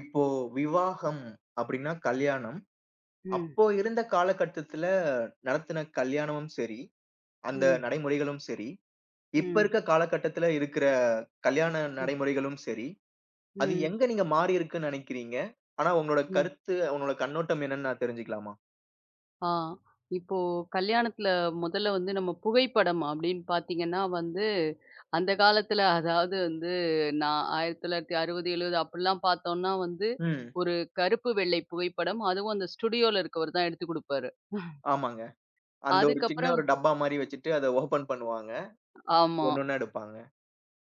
இப்போ விவாகம் அப்படின்னா கல்யாணம். ம், அப்போ இருந்த காலகட்டத்துல நடத்தின கல்யாணமும் சரி, அந்த ம், நடைமுறைகளும் சரி, இப்ப ம், இருக்க காலகட்டத்துல இருக்கிற கல்யாண ம், நடைமுறைகளும் சரி, அது ம், எங்க நீங்க மாறி இருக்குன்னு நினைக்கிறீங்க? ஆனா உங்களோட ம். கருத்து, உங்களோட கண்ணோட்டம் என்னன்னு நான் தெரிஞ்சுக்கலாமா? ஆ இப்போ கல்யாணத்துல முதல்ல வந்து நம்ம புகைப்படம் அப்படின்னு பார்த்தீங்கன்னா வந்து, அந்த காலத்துல அதாவது வந்து நான் 1960, 70 அப்படிலாம் பார்த்தோம்னா வந்து, ம். ஒரு கருப்பு வெள்ளை புகைப்படம். அதுவும் அந்த ஸ்டுடியோல இருக்கவர் தான் எடுத்துக் குடுப்பாரு. ஆமாங்க. அந்த ஒரு சின்ன அதுக்கப்புறம் ஒரு டப்பா மாரி வச்சுட்டு அத ஓப்பன் பண்ணுவாங்க. ஆமா, ஒண்ணு ஒண்ணா எடுப்பாங்க.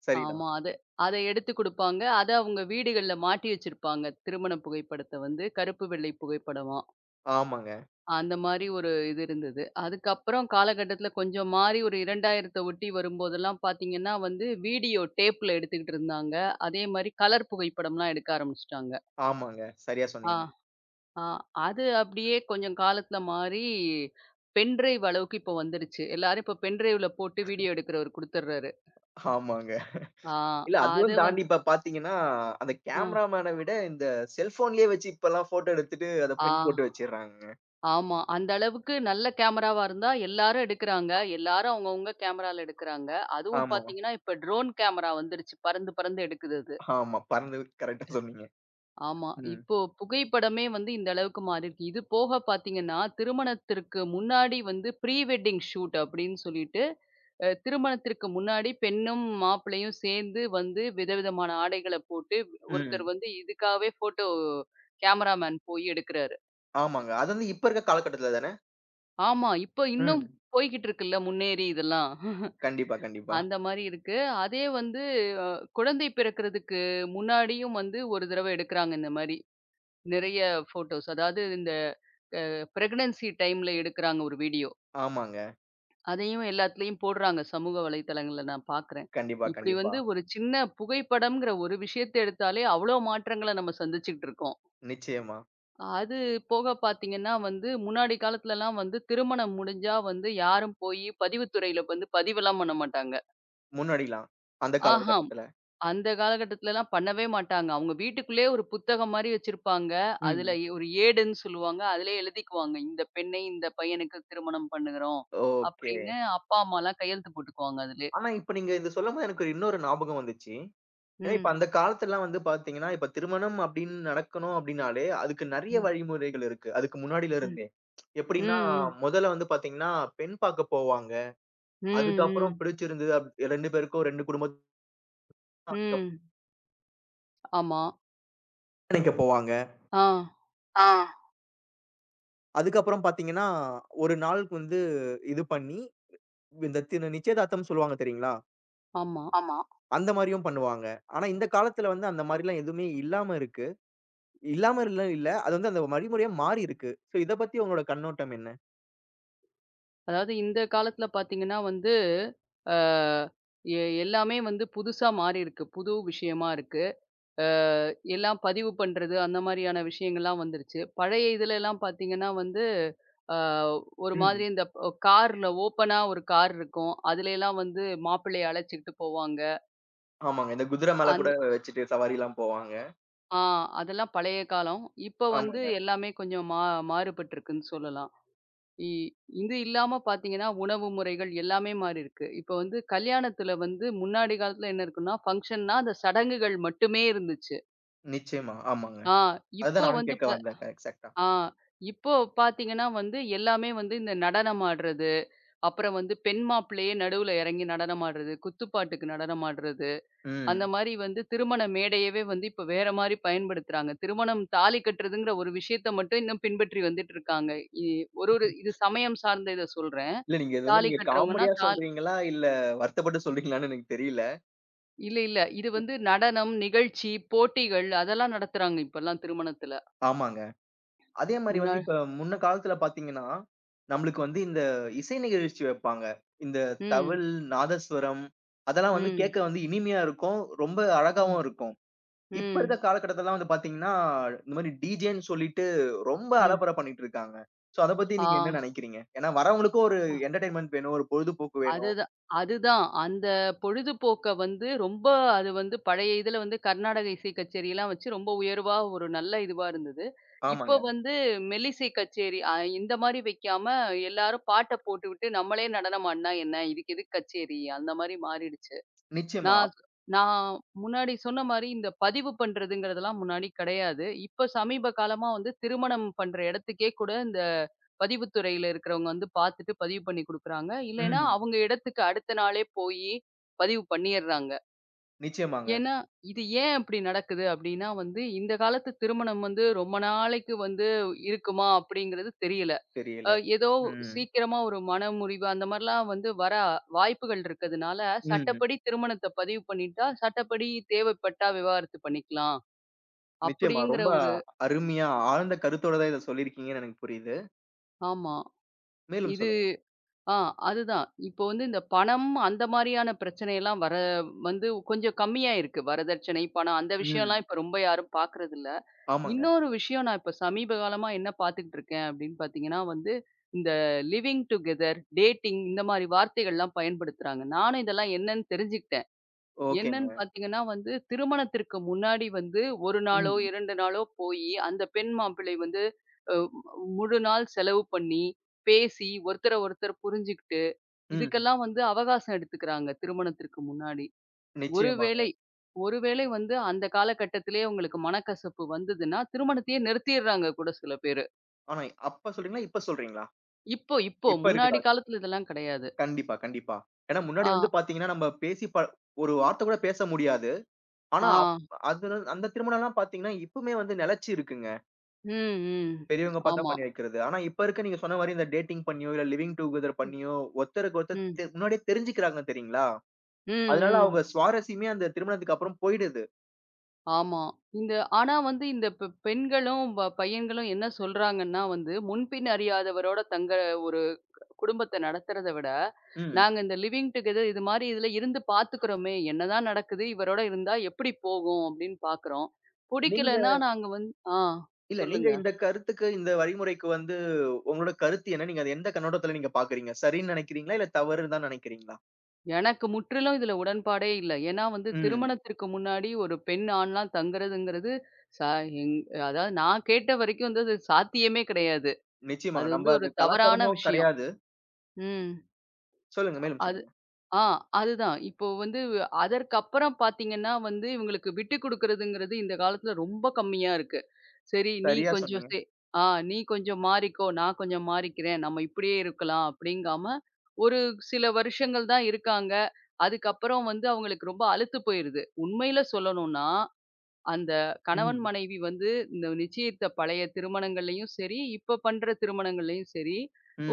சரிதான். ஆமா. அது அத எடுத்துக் குடுப்பாங்க. அத அவங்க வீடுகள்ல மாட்டி வச்சிருப்பாங்க. திருமண புகைப்படத்த வந்து கருப்பு வெள்ளை புகைப்படமா. ஆமாங்க, அந்த மாரி ஒரு இது இருந்தது. அதுக்கப்புறம் காலகட்டத்தில கொஞ்சம் மாறி ஒரு 2000த்த ஒட்டி வரும்போதெல்லாம் பார்த்தீங்கன்னா வந்து, வீடியோ டேப்ல எடுத்துக்கிட்டு இருந்தாங்க. அதே மாரி கலர் புகைப்படம்லாம் எடுக்க ஆரம்பிச்சுட்டாங்க. ஆமாங்க. சரியா ஆ, சொன்னீங்க. ஆ. அது அப்படியே கொஞ்சம் காலத்தில மாறி பென்டிரைவ் அளவுக்கு இப்போ வந்துருச்சு. எல்லாரும் இப்போ பென்டிரைவ்ல போட்டு வீடியோ எடுக்கிறவர் குடுத்துடுறாரு. ஆமாங்க. ஆ, இல்ல அது அதுவும் வந் தாண்டி இப்ப பார்த்தீங்கன்னா, அந்த ஆ, கேமராமேன விட இந்த செல்ஃபோன்லயே வச்சு இப்பல்லாம் ஃபோட்டோ எடுத்துட்டு அத ஆ. பிரிண்ட் போட்டு வச்சுர்றாங்கங்க. ஆமா. அந்த அளவுக்கு நல்ல கேமராவா இருந்தா எல்லாரும் எடுக்குறாங்க. எல்லாரும் அவங்கவங்க கேமரால எடுக்குறாங்க. அதுவும் ஆமா, பார்த்தீங்கன்னா, இப்ப ட்ரோன் கேமரா வந்துருச்சு. பறந்து பறந்து எடுக்குது அது. ஆமா. பறந்து கரெக்ட்டா சொன்னீங்க. ஆமா. ம், இப்போ புகைப்படமே வந்து இந்த அளவுக்கு மாறிருக்கு. இது போக பார்த்தீங்கன்னா, திருமணத்திற்கு முன்னாடி வந்து ப்ரீ வெட்டிங் ஷூட் அப்படின்னு சொல்லிட்டு, திருமணத்திற்கு முன்னாடி பெண்ணும் மாப்பிள்ளையும் சேர்ந்து வந்து விதவிதமான ஆடைகள போட்டு, ஒருத்தர் ம். வந்து இதுக்காகவே ஃபோட்டோ கேமராமேன் போய் எடுக்குறாரு. ஆமாங்க. அது வந்து இப்ப இருக்க காலகட்டத்துல தானே? ஆமா. இப்ப இன்னும் ம். போய்க்கிட்டு இருக்குல்ல முன்னேறி இதெல்லாம். கண்டிப்பா, கண்டிப்பா. அந்த மாரி இருக்கு. அதே வந்து அ குழந்தை பிறக்கிறதுக்கு முன்னாடியும் வந்து ஒரு தடவ எடுக்குறாங்க இந்த மாரி. நெறைய ஃபோட்டோஸ். அதாவது இந்த பிரெக்னன்சி டைம்ல எடுக்குறாங்க ஒரு வீடியோ. ஆமாங்க. அதையும் எல்லாத்துலயும் போடுறாங்க சமூக வலைதளங்கள்ல நான் பார்க்குறேன். கண்டிப்பா, இப்படி கண்டிப்பா. வந்து ஒரு சின்ன புகைப்படம்ங்கிற ஒரு விஷயத்த எடுத்தாலே அவ்வளோ மாற்றங்கள நம்ம சந்திச்சுக்கிட்டு இருக்கோம். நிச்சயமா. அது போக பார்த்தீங்கன்னா வந்து, முன்னாடி காலத்துலலாம் வந்து திருமணம் முடிஞ்சா வந்து யாரும் போயி பதிவுத்துறையில வந்து பதிவெல்லாம் பண்ண மாட்டாங்க. முன்னாடிலாம். அந்த ஆஹாம். காலகட்டத்துல. அந்த காலகட்டத்துலலாம் பண்ணவே மாட்டாங்க. அவங்க வீட்டுக்குள்ளேயே ஒரு புத்தகம் மாரி வச்சிருப்பாங்க. அதுல ம். ஒரு ஏடுன்னு சொல்லுவாங்க. அதிலே எழுதிக்குவாங்க. இந்த பெண்ணை இந்த பையனுக்கு திருமணம் பண்ணுகிறோம். ஓகே. அப்படின்னு அப்பா, அம்மாலாம் கையெழுத்து போட்டுக்குவாங்க அதிலே. ஆனா இப்ப நீங்க இத சொல்லும்போது எனக்கு இன்னொரு ஞாபகம் வந்துச்சு. ஏன்னா, இப்ப ம். அந்த காலத்துலலாம் வந்து பாத்தீங்கன்னா, இப்ப திருமணம் அப்படின்னு நடக்கணும் அப்படின்னாலே, அதுக்கு நெறைய ம். வழிமுறைகள் இருக்கு. அதுக்கு முன்னாடில ம். இருந்தே. ம். எப்படின்னா, ம். முதல்ல வந்து பாத்தீங்கன்னா, பெண் பாக்க போவாங்க. ம். அதுக்கப்புறம் ம். பிடிச்சிருந்தது 2 பேருக்கும் 2 குடும்பத்துக்கும் ம். அதுக்கப்புறம் ஆமா. நிக்க போவாங்க. ஆ. ஆ. அதுக்கப்புறம் பாத்தீங்கன்னா, ஒரு நாளுக்கு வந்து இது பண்ணி, இந்த திரு நிச்சயதார்த்தம்னு சொல்லுவாங்க தெரியுங்களா? ஆமா. ஆமா. அந்த மாரியும் பண்ணுவாங்க. ஆனா இந்த காலத்துல வந்து அந்த மாரிலாம் எதுவுமே இல்லாம இருக்கு. இல்லாம இல்ல இல்ல. அது வந்து அந்த வழிமுறையா மாறி இருக்கு. சோ இத பத்தி உங்களோட கண்ணோட்டம் என்ன? அதாவது இந்த காலத்துல பாத்தீங்கன்னா வந்து, அ எ எல்லாமே வந்து புதுசா மாறியிருக்கு. புது விஷயமா இருக்கு. அ எல்லாம் பதிவு பண்றது, அந்த மாரியான விஷயங்கள்லாம் வந்துருச்சு. பழைய இதுலலாம் பாத்தீங்கன்னா வந்து, அ ஒரு மாதிரி ம். இந்த கார்ல ஓப்பனா ஒரு கார் இருக்கும். அதுலலாம் வந்து மாப்பிள்ளைய அழைச்சுக்கிட்டு போவாங்க. ஆமாங்க. இந்த குதிரை மேல கூட அந்த வச்சுட்டு சவாரிலாம் போவாங்க. ஆ அதெல்லாம் பழைய காலம். இப்ப வந்து ஆமாங்க. எல்லாமே கொஞ்சம் மாறுபட்டிருக்குன்னு சொல்லலாம். இ இது இல்லாம பார்த்தீங்கன்னா, உணவு முறைகள் எல்லாமே மாறியிருக்கு. இப்ப வந்து கல்யாணத்துல வந்து முன்னாடி காலத்துல என்ன இருக்குன்னா, ஃபங்ஷன்னா அந்த சடங்குகள் மட்டுமே இருந்துச்சு. நிச்சயமா. ஆமாங்க. ஆ இப்போ அதுதான் நானும் வந்து ப கேட்க வந்தேன். எக்ஸாக்ட்டா. ஆ இப்போ பார்த்தீங்கன்னா வந்து எல்லாமே வந்து இந்த நடனம் ஆடுறது, அப்புறம் வந்து பெண் மாப்பிள்ளையே நடுவுல இறங்கி நடனம் ஆடுறது, குத்துப்பாட்டுக்கு நடனம் ஆடுறது, அந்த ம். மாரி வந்து திருமண மேடையவே வந்து இப்ப வேற மாரி பயன்படுத்துறாங்க. திருமணம் தாலி கட்டுறதுங்கிற ஒரு விஷயத்த மட்டும் இன்னும் பின்பற்றி வந்துட்டு இருக்காங்க. இ ஒரு ஒரு இது சமயம் சார்ந்த இத சொல்றேன். இல்ல நீங்க இது வந்து தாலி நீங்க கட்டுறவங்கன்னா, காமெடியா தால் சொல்றீங்களா? இல்ல வருத்தப்பட்டு சொல்றீங்களான்னு எனக்கு தெரியல. இல்ல, இல்ல. இது வந்து நடனம், நிகழ்ச்சி, போட்டிகள் அதெல்லாம் நடத்துறாங்க இப்பல்லாம் திருமணத்துல. ஆமாங்க. அதே மாரி முன்னா வந்து இப்ப முன்ன காலத்துல பார்த்தீங்கன்னா, நம்மளுக்கு வந்து இந்த இசை நிகழ்ச்சி வைப்பாங்க. இந்த ம், தவில், நாதஸ்வரம் அதெல்லாம் வந்து ம், கேட்க வந்து இனிமையா இருக்கும். ரொம்ப ம், அழகாவும் இருக்கும். இப்ப இருக்க ம், காலகட்டத்திலலாம் வந்து பார்த்தீங்கன்னா, இந்த மாரி டிஜேன்னு சொல்லிட்டு ரொம்ப ம். அலப்பற பண்ணிட்டு இருக்காங்க. சோ அத பத்தி ஆ நீங்க என்ன நெனைக்கிறீங்க? ஏன்னா வரவங்களுக்கும் ஒரு என்டர்டெயின்மென்ட் வேணும், ஒரு பொழுதுபோக்கு வேணும். அதுதான். அதுதான். அந்த பொழுதுபோக்க வந்து ரொம்ப அது வந்து பழைய இதுல வந்து கர்நாடக இசை கச்சேரியெல்லாம் வச்சு ரொம்ப உயர்வா ஒரு நல்ல இதுவா இருந்தது. ஆமாங்க. இப்ப வந்து மெல்லிசை கச்சேரி இந்த மாரி வைக்காம எல்லாரும் பாட்ட போட்டுவிட்டு நம்மளே நடனம் ஆடுனா என்ன? இதுக்கு எதுக்கு கச்சேரி? அந்த மாரி மாறிடுச்சு. நிச்சயமா. நான் நான் முன்னாடி சொன்ன மாரி இந்த பதிவு பண்றதுங்கிறதெல்லாம் முன்னாடி கிடையாது. இப்ப சமீப காலமா வந்து திருமணம் பண்ற இடத்துக்கே கூட இந்த பதிவுத்துறையில இருக்கிறவங்க வந்து பார்த்துட்டு பதிவு பண்ணி குடுக்குறாங்க. இல்லைன்னா ம். அவங்க இடத்துக்கு அடுத்த நாளே போயி பதிவு பண்ணிர்றாங்க. நிச்சயமாங்க. ஏன்னா, இது ஏன் அப்படி நடக்குது அப்படின்னா வந்து, இந்த காலத்து திருமணம் வந்து ரொம்ப நாளைக்கு வந்து இருக்குமா அப்படிங்கிறது தெரியல. தெரியல. ஏதோ ம். சீக்கிரமா ஒரு மனமுறிவு அந்த மாரிலாம் வந்து வர வாய்ப்புகள் இருக்கதுனால, ம். சட்டப்படி திருமணத்த பதிவு பண்ணிட்டா, சட்டப்படி தேவைப்பட்டா விவாகரத்து பண்ணிக்கலாம். நிச்சயமா. அப்படிங்கிற ரொம்ப ஒரு அருமையா ஆழ்ந்த கருத்தோட தான் இத சொல்லியிருக்கீங்கன்னு எனக்கு புரியுது. ஆமா. மேலும் இது சொல்லுங்க. ஆ அதுதான். இப்போ வந்து இந்த பணம் அந்த மாரியான பிரச்சனையெல்லாம் வர வந்து கொஞ்சம் கம்மியா இருக்கு. வரதட்சணை, பணம் அந்த விஷயம்லாம் ம். இப்ப ரொம்ப யாரும் பார்க்கறதில்ல. ஆமாங்க. இன்னொரு விஷயம் நான் இப்ப சமீப காலமா என்ன பார்த்துக்கிட்டு இருக்கேன் அப்படின்னு பார்த்தீங்கன்னா வந்து, இந்த லிவிங் டுகெதர், டேட்டிங் இந்த மாரி வார்த்தைகள்லாம் பயன்படுத்துறாங்க. நானும் இதெல்லாம் என்னன்னு தெரிஞ்சுக்கிட்டேன். என்னன்னு ஓகேங்க. பார்த்தீங்கன்னா வந்து, திருமணத்திற்கு முன்னாடி வந்து 1 நாளோ, ம். 2 நாளோ போயி, அந்த பெண் மாப்பிள்ளை வந்து அ முழு நாள் செலவு பண்ணி, பேசி, ஒருத்தர ஒருத்தர் புரிஞ்சுக்கிட்டு, ம். இதுக்கெல்லாம் வந்து அவகாசம் எடுத்துக்கிறாங்க திருமணத்திற்கு முன்னாடி. நிச்சயமாங்க. ஒருவேளை ஒருவேளை வந்து அந்த காலகட்டத்திலேயே உங்களுக்கு மனக்கசப்பு வந்ததுன்னா, திருமணத்தையே நிறுத்திர்றாங்க கூட சில பேரு. ஆனா அப்ப சொல்றீங்களா? இப்ப சொல்றீங்களா? இப்போ இப்போ இப்ப இருக்க முன்னாடி காலத்துல இதெல்லாம் கிடையாது. கண்டிப்பா, கண்டிப்பா. ஏன்னா முன்னாடி ஆ, வந்து பாத்தீங்கன்னா, நம்ம பேசி ஒரு வார்த்தை கூட பேச முடியாது. ஆனா ஆ. அது அந்த திருமணம்லாம் பாத்தீங்கன்னா, இப்பவுமே வந்து நிலைச்சு இருக்குங்க. ம், ம். பெரியவங்க பாத்தா ஆமா. பண்ணி வைக்கிறது. ஆனா இப்ப இருக்க நீங்க சொன்ன மாரி இந்த டேட்டிங் பண்ணியோ, இல்ல லிவிங் டுகெதர் பண்ணியோ, ஒருத்தருக்கு ஒருத்தர் ம். முன்னாடியே தெரிஞ்சுக்கிறாங்க தெரியுங்களா? ம், அதனால ம். அவங்க சுவாரஸ்யமே அந்த திருமணத்துக்கு அப்புறம் போயிடுது. ஆமா. இந்த ஆனா வந்து இந்த பெண்களும், பையன்களும் என்ன சொல்றாங்கன்னா வந்து, முன்பின் அறியாதவரோட தங்க குடும்பத்த நடத்துறத விட, ம். நாங்க இந்த லிவிங் டுகெதர் இது மாரி இதுல இருந்து பார்த்துக்கிறோமே, என்னதான் நடக்குது? இவரோட இருந்தா எப்படி போகும்? அப்படின்னு பார்க்குறோம். நீங்க புடிக்கலன்னா நாங்க வந்து இல்ல நீங்க சொல்லுங்க. இந்த கருத்துக்கு, இந்த வழிமுறைக்கு வந்து உங்களோட கருத்து என்ன? நீங்க அத எந்த கண்ணோட்டத்துல நீங்க பாக்குறீங்க? சரின்னு நினைக்கிறீங்களா? இல்ல தவறுன்னு தான் நினைக்கிறீங்களா? எனக்கு முற்றிலும் இதுல உடன்பாடே இல்ல. ஏன்னா வந்து ம். திருமணத்திற்கு முன்னாடி ஒரு பெண், ஆண்லாம் தங்குறதுங்கிறது ச எங் அதாவது நான் கேட்ட வரைக்கும் வந்து அது சாத்தியமே கிடையாது. அது நிச்சயமாங்க. வந்து நம்ம ஒரு அது தவறான கலாச்சாரமும் விஷயம். கிடையாது. ம். சொல்லுங்க. மேலும் அது சொல்லுங்க. ஆ, அதுதான். இப்போ வந்து அதற்கப்புறம் பார்த்தீங்கன்னா வந்து, இவங்களுக்கு விட்டு குடுக்குறதுங்கிறது இந்த காலத்துல ரொம்ப கம்மியா இருக்கு. சரி, நீ சரியா கொஞ்சம் சொன்னீங்க. சே ஆ நீ கொஞ்சம் மாறிக்கோ, நான் கொஞ்சம் மாறிக்கிறேன். நம்ம இப்படியே இருக்கலாம் அப்படிங்காம, ஒரு சில வருஷங்கள் தான் இருக்காங்க. அதுக்கப்புறம் வந்து அவங்களுக்கு ரொம்ப அலுத்து போயிருது. உண்மையில சொல்லணும்னா, அந்த கணவன் ம். மனைவி வந்து இந்த நிச்சயித்த பழைய திருமணங்கள்லயும் சரி, இப்ப பண்ற திருமணங்கள்லயும் சரி,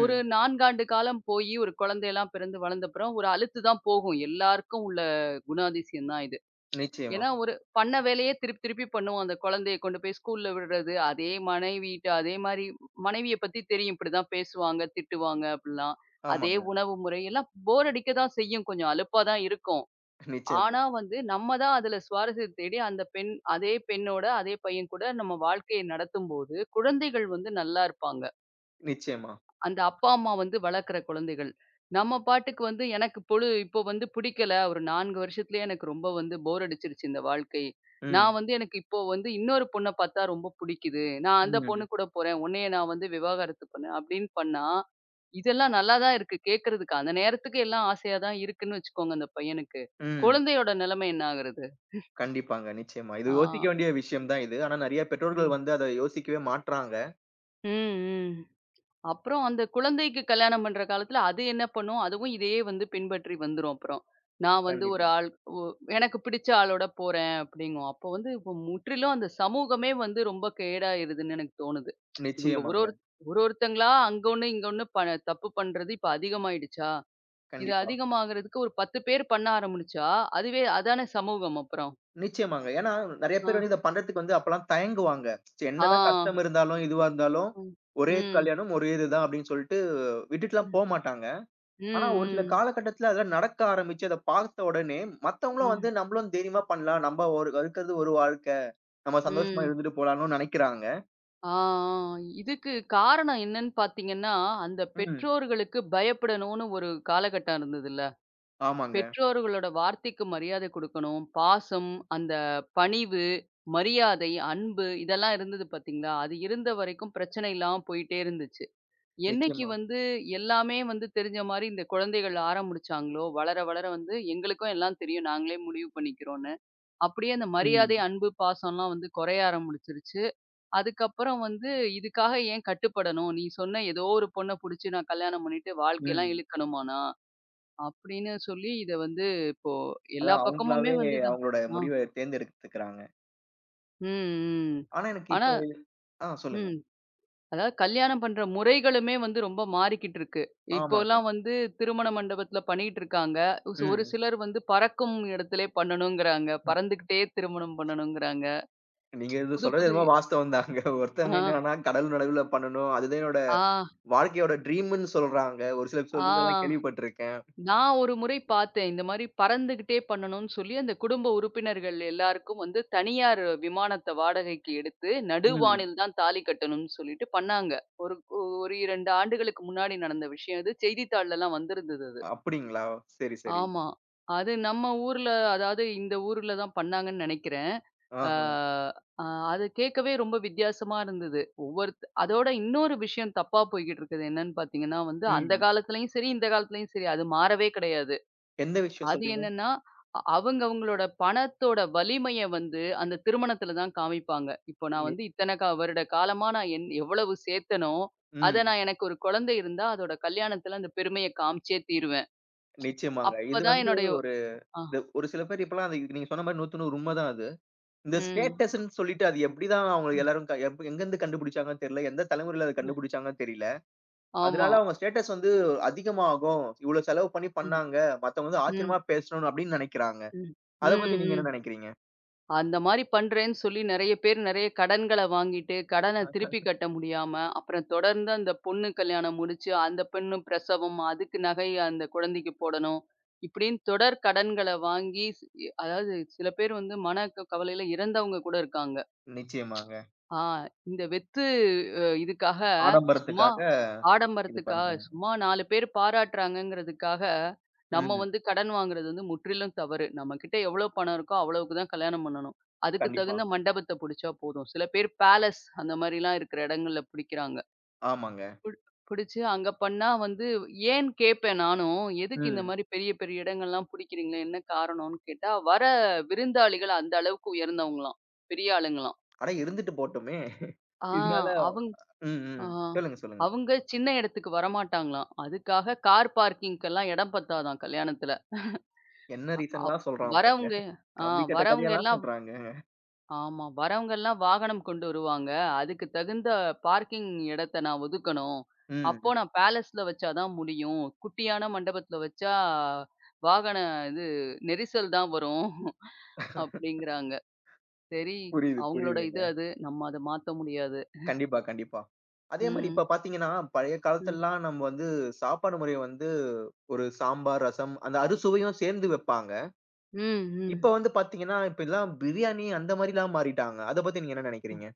ஒரு 4 ஆண்டு காலம் போயி ஒரு குழந்தையெல்லாம் பிறந்து வளர்ந்தப்புறம் ஒரு அலுத்து தான் போகும். எல்லாருக்கும் உள்ள குணாதிசயம் தான் இது. நிச்சயமா. ஏன்னா, ஒரு பண்ண வேலையே திருப்பி திருப்பி பண்ணுவோம். அந்த குழந்தைய கொண்டு போய் ஸ்கூல்ல விடுறது, அதே மனைவிட்ட அதே மாரி மனைவிய பத்தி தெரியும். இப்படிதான் பேசுவாங்க, திட்டுவாங்க அப்படிலாம். அதே ஆமாங்க. உணவு முறை எல்லாம் போர் அடிக்க தான் செய்யும். கொஞ்சம் அலுப்பா தான் இருக்கும். நிச்சயமா, ஆனா வந்து, நம்ம தான் அதுல சுவாரஸ்யம் தேடி அந்த பெண் அதே பெண்ணோட, அதே பையன் கூட நம்ம வாழ்க்கையை நடத்தும்போது, குழந்தைகள் வந்து நல்லா இருப்பாங்க. நிச்சயமா. அந்த அப்பா, அம்மா வந்து வளர்க்குற குழந்தைகள். நம்ம பாட்டுக்கு வந்து எனக்கு பொழு இப்போ வந்து பிடிக்கல. ஒரு 4 வருஷத்துலயே எனக்கு ரொம்ப வந்து போர் அடிச்சிருச்சு இந்த வாழ்க்கை. ம். நான் வந்து எனக்கு இப்போ வந்து இன்னொரு பொண்ண பார்த்தா ரொம்ப பிடிக்குது. நான் அந்த பொண்ணு ம். கூட போறேன். உன்னைய நான் வந்து விவாகரத்து பண்ணேன் அப்படின்னு பண்ணா, இதெல்லாம் நல்லா தான் இருக்கு கேட்கறதுக்கு. அந்த நேரத்துக்கு எல்லாம் ஆசையா தான் இருக்குன்னு வச்சுக்கோங்க அந்த பையனுக்கு. ம். குழந்தையோட நிலைமை என்ன ஆகுறது? கண்டிப்பாங்க. நிச்சயமா. இது ஆ. யோசிக்க வேண்டிய விஷயம் தான் இது. ஆனா நெறைய பெற்றோர்கள் ம். வந்து அத யோசிக்கவே மாட்றாங்க. ம், ம். அப்புறம் அந்த குழந்தைக்கு கல்யாணம் பண்ற காலத்துல அது என்ன பண்ணும்? அதுவும் இதையே வந்து பின்பற்றி வந்துரும் அப்புறம். நான் வந்து ஒரு கண்டிப்பா. ஆள் ஒ எனக்கு பிடிச்ச ஆளோட போறேன் அப்படிங்கும். அப்போ வந்து இப்ப முற்றிலும் அந்த சமூகமே வந்து ரொம்ப கேடாயிருதுன்னு எனக்கு தோணுது. இவங்க ஒரு நிச்சயமாங்க. ஒரு ஒரு ஒருத்தங்களா அங்க ஒண்ணு, இங்க ஒண்ணு ப தப்பு பண்றது இப்ப அதிகமாயிடுச்சா? இது கண்டிப்பா. அதிகமாகறதுக்கு ஒரு 10 பேர் பண்ண ஆரம்பிச்சா, அதுவே அதானே சமூகம் அப்புறம். நிச்சயமாங்க. ஏன்னா நெறைய ஆ. பேர் வந்து இத பண்றதுக்கு வந்து அப்பலாம் தயங்குவாங்க. சரி ஆ. என்னதான் கஷ்டம் இருந்தாலும், இதுவா இருந்தாலும், ம். ஒரே ம். கல்யாணம், ஒரே இதுதான் அப்டின்னு சொல்ட்டு விட்டுட்டுலாம் ம். போமாட்டாங்க. ஆனா, ஒரு சில ம். காலகட்டத்துல அதெல்லாம் நடக்க ஆரம்பிச்சு, அத பார்த்த உடனே, மத்தவங்களும் வந்து ம். நம்மளும் தைரியமா பண்ணலாம். நம்ம ஒரு இருக்கிறது ஒரு வாழ்க்கை. நம்ம சந்தோஷமா ம். இருந்துட்டு போலாம்ன்னு நெனைக்கிறாங்க. ஆ, ஆ. இதுக்கு காரணம் என்னன்னு பார்த்தீங்கன்னா, அந்த ம். பெற்றோர்களுக்கு பயப்படணும்னு ஒரு காலகட்டம் இருந்ததுல்ல. ஆமாங்க. பெற்றோர்களோட வார்த்தைக்கு மரியாதை குடுக்கணும். பாசம், அந்த பணிவு, மரியாதை, அன்பு இதெல்லாம் இருந்தது பார்த்தீங்களா? அது இருந்த வரைக்கும் பிரச்சனை இல்லாம போயிட்டே இருந்துச்சு. என்னைக்கு நிச்சயமா. வந்து எல்லாமே வந்து தெரிஞ்ச மாரி இந்த குழந்தைகள் ஆரம்பிச்சாங்களோ, வளர வளர வந்து எங்களுக்கும் எல்லாம் தெரியும். நாங்களே முடிவு பண்ணிக்கிறோம்ன்னு. அப்படியே அந்த மரியாதை, ம். அன்பு, பாசம்லாம் வந்து குறைய ஆரம்பிச்சுருச்சு. அதுக்கப்புறம் வந்து இதுக்காக ஏன் கட்டுப்படணும்? நீ சொன்ன ஏதோ ஒரு பொண்ண புடிச்சு நான் கல்யாணம் பண்ணிட்டு வாழ்க்கையெல்லாம் ம். இழுக்கணுமா நான்? அப்படின்னு சொல்லி இத வந்து இப்போ எல்லா அதான் பக்கமுமே அவங்களாவே வந்து இதான் அவங்களோட ஆ. முடிவ தேர்ந்தெடுத்துக்கிறாங்க. ம், ம். ஆனா, எனக்கு ஆனா இப்போ இது- ஆ சொல்லுங்க. ம். அதாவது கல்யாணம் பண்ற முறைகளுமே வந்து ரொம்ப மாறிக்கிட்டு இருக்கு. ஆமாங்க. இப்போலாம் வந்து திருமண மண்டபத்துல பண்ணிட்டு இருக்காங்க. ஒரு ம். சிலர் வந்து பறக்கும் இடத்திலே பண்ணணுங்கிறாங்க. பறந்துகிட்டே திருமணம் பண்ணணுங்கிறாங்க. நீங்க இது புது சொல்றது புது என்னமோ வாஸ்தவம் தாங்க. ஒருத்தவங்க ஆ, என்னன்னா, கடல் நடுவுல பண்ணணும். அதுதான் என்னோட ஆ, வாழ்க்கையோட ட்ரீம்ன்னு சொல்றாங்க. ஒரு சில ஆ. சொல்றதெல்லாம் கேள்விப்பட்டுருக்கேன். நான் ஒரு முறை பார்த்தேன். இந்த மாரி பறந்துகிட்டே பண்ணணும்னு சொல்லி, அந்த குடும்ப உறுப்பினர்கள் எல்லாருக்கும் வந்து தனியார் விமானத்த வாடகைக்கு எடுத்து, ம். நடுவானில் தான் தாலி கட்டணும்னு சொல்லிட்டு பண்ணாங்க. ஒரு ஒரு 2 ஆண்டுகளுக்கு முன்னாடி நடந்த விஷயம் இது. செய்தித்தாள்லலாம் வந்திருந்தது அது. அப்படிங்களா? சரி, சரி. ஆமா. அது நம்ம ஊர்ல, அதாவது இந்த ஊர்ல தான் பண்ணாங்கன்னு நெனைக்கிறேன். ஆ ஆஹா. அ அது கேட்கவே ரொம்ப வித்தியாசமா இருந்தது. அதோட இன்னொரு விஷயம் தப்பா போய்க்கிட்டு இருக்குது. என்னன்னு பார்த்தீங்கன்னா வந்து, அந்த ம். காலத்துலயும் சரி, இந்த காலத்துலயும் சரி அது மாறவே கிடையாது. எந்த விஷயம் அது சொல்றீங்க? என்னன்னா, அவங்க அவங்களோட பணத்தோட வலிமைய வந்து அந்த திருமணத்துல தான் காமிப்பாங்க. இப்போ நான் நி வந்து இத்தன கா வருட காலமா நான் என் எவ்வளவு சேர்த்தேனோ, அத ம். நான் எனக்கு ஒரு குழந்தை இருந்தா அதோட கல்யாணத்துல அந்த பெருமைய காமிச்சே தீருவேன். நிச்சயமாங்க. அப்பதான் என்னுடைய ஒரு ஆ. இது ஒரு சில பேர் இப்பலாம் அது நீங்க சொன்ன மாரி 100க்கு 100 உண்மதான் அது. இந்த ம். ஸ்டேட்டஸ்ன்னு சொல்லிட்டு அது எப்படிதான் அவங்க எல்லாரும் க எப் எங்கருந்து கண்டுபிடிச்சாங்கன்னு தெரியல. எந்த தலைமுறையில அத கண்டுபிடிச்சாங்கன்னு தெரியல. ஆமா. அதனால அவங்க ஸ்டேட்டஸ் வந்து அதிகமாகும். இவ்வளோ செலவு பண்ணி ம். பண்ணாங்க. மத்தவங்க வந்து ம். ஆச்சரியமா பேசணும் அப்படின்னு நெனைக்கிறாங்க. ம். ம். அத பத்தி நீங்க என்ன ம். நெனைக்கிறீங்க? அந்த மாரி பண்றேன்னு சொல்லி நெறைய பேர் நெறைய கடன்கள வாங்கிட்டு, கடன திருப்பி கட்ட முடியாம, அப்புறம் தொடர்ந்து அந்த பொண்ணு கல்யாணம் முடிச்சு, அந்த பெண்ணு பிரசவம், அதுக்கு நகை அந்த குழந்தைக்கு போடணும். இப்படின்னு தொடர் கடன்கள வாங்கி ஸ் அதாவது சில பேர் வந்து மன க கவலையில இறந்தவங்க கூட இருக்காங்க. நிச்சயமாங்க. ஆ இந்த வெத்து அ இதுக்காக சும்மா ஆடம்பரத்துக்காக இது ஆடம்பரத்துக்காக பண்றாங்க. சும்மா 4 பேர் பாராட்டுறாங்கங்கிறதுக்காக, நம்ம ம். வந்து கடன் வாங்குறது வந்து முற்றிலும் தவறு. நம்மகிட்ட எவ்வளோ பணம் இருக்கோ அவ்வளவுக்கு தான் கல்யாணம் பண்ணணும். அதுக்கு கண்டிப்பா. தகுந்த மண்டபத்த புடிச்சா போதும். சில பேர் பேலஸ் அந்த மாரிலாம் இருக்கிற இடங்கள்ல பிடிக்கிறாங்க. ஆமாங்க. புடி பிடிச்சு அங்க பண்ணா வந்து ஏன் கேட்பேன் நானும். எதுக்கு இந்த ம். மாரி பெரிய பெரிய இடங்கள்லாம் புடிக்கிறீங்களே என்ன காரணம்னு கேட்டா, வர விருந்தாளிகள் அந்த அளவுக்கு உயர்ந்தவங்களாம். பெரிய ஆளுங்களாம். அட இருந்துட்டு போட்டுமே. ஆ இதனால அவங்க ம், ஆ. ம். சொல்லுங்க, சொல்லுங்க. அவங்க சின்ன இடத்துக்கு வரமாட்டாங்களாம். அதுக்காக கார் பார்க்கிங்க்கெல்லாம் இடம் பத்தாதாம் கல்யாணத்துல. என்ன அ அவ் ரீசன்லாம் சொல்றான் பாருங்க. வரவங்க ஆ கம்பி கட்ட வரவங்க கதையெல்லாம் எல்லாம் சொல்றாங்க. ஆமா. வரவங்க எல்லாம் வாகனம் கொண்டு வருவாங்க. அதுக்கு தகுந்த பார்க்கிங் இடத்த நான் ஒதுக்கணும். அப்போ ம். நான் பேலஸ்ல வச்சா தான் முடியும். குட்டியான மண்டபத்துல வச்சா வாகன இது நெரிசல் தான் வரும் அப்படிங்கிறாங்க. சரி புரியுது, அவங்களோட இது புரியுதுங்க. அது. நம்ம அத மாத்த முடியாது. கண்டிப்பா, கண்டிப்பா. அதே மாரி ம். இப்ப பார்த்தீங்கன்னா, பழைய ம். காலத்துலலாம் நம்ம வந்து சாப்பாடு முறைய வந்து ஒரு சாம்பார், ரசம் அந்த அறுசுவையும் சேர்ந்து வைப்பாங்க. ம். இப்ப ம். வந்து பார்த்தீங்கன்னா, இப்பல்லாம் பிரியாணி அந்த மாரிலாம் மாறிட்டாங்க. அத பத்தி நீங்க என்ன நினைக்கிறீங்க?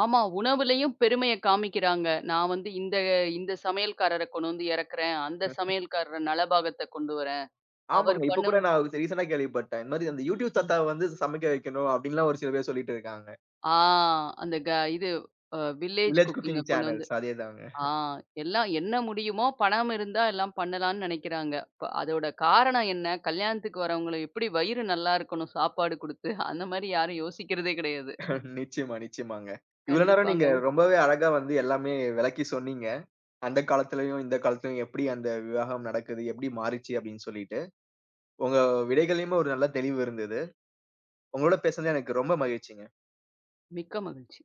ஆமா. உணவுலயும் பெருமைய காமிக்கிறாங்க. நான் வந்து இந்த இந்த சமையல்காரர கொண்டு வந்து இறக்குறேன். அந்த சமையல்காரர் நலபாகத்த கொண்டு வரேன். அவர் ஆமாங்க. இப்ப கூட பண்ணும் நான் ரீசென்ட்டா கேள்விப்பட்டேன். இந்த மாரி அந்த யூடியூப் ம். தாத்தாவ வந்து சமைக்க வைக்கணும் அப்டின்லாம் ஒரு சில பேர் சொல்லிட்டு இருக்காங்க. ஆ அந்த க இது அ வில்லேஜ் வில்லேஜ் குக்கிங்க குக்கிங் கொண்டு வந்து சேனல்ஸ் அதேதாங்க. ஆ எல்லாம் என்ன முடியுமோ பணம் இருந்தா எல்லாம் பண்ணலான்னு நெனைக்கிறாங்க. அதோட காரணம் என்ன? கல்யாணத்துக்கு வரவங்கள எப்படி வயிறு நல்லா இருக்கணும் சாப்பாடு குடுத்து, அந்த மாரி யாரும் யோசிக்கிறதே கிடையாது. நிச்சயமா, நிச்சயமாங்க. இவ்வளோ நேரம் கண்டிப்பாங்க. நீங்க ரொம்பவே அழகா வந்து எல்லாமே விளக்கி சொன்னீங்க. அந்த காலத்துலயும், இந்த காலத்துலயும் எப்படி அந்த விவாகம் நடக்குது, எப்படி மாறிச்சு அப்படின்னு சொல்லிட்டு. உங்க விடைகள்லயுமே ஒரு நல்ல தெளிவு இருந்தது. உங்களோட பேசுனது எனக்கு ரொம்ப மகிழ்ச்சிங்க. மிக்க மகிழ்ச்சி.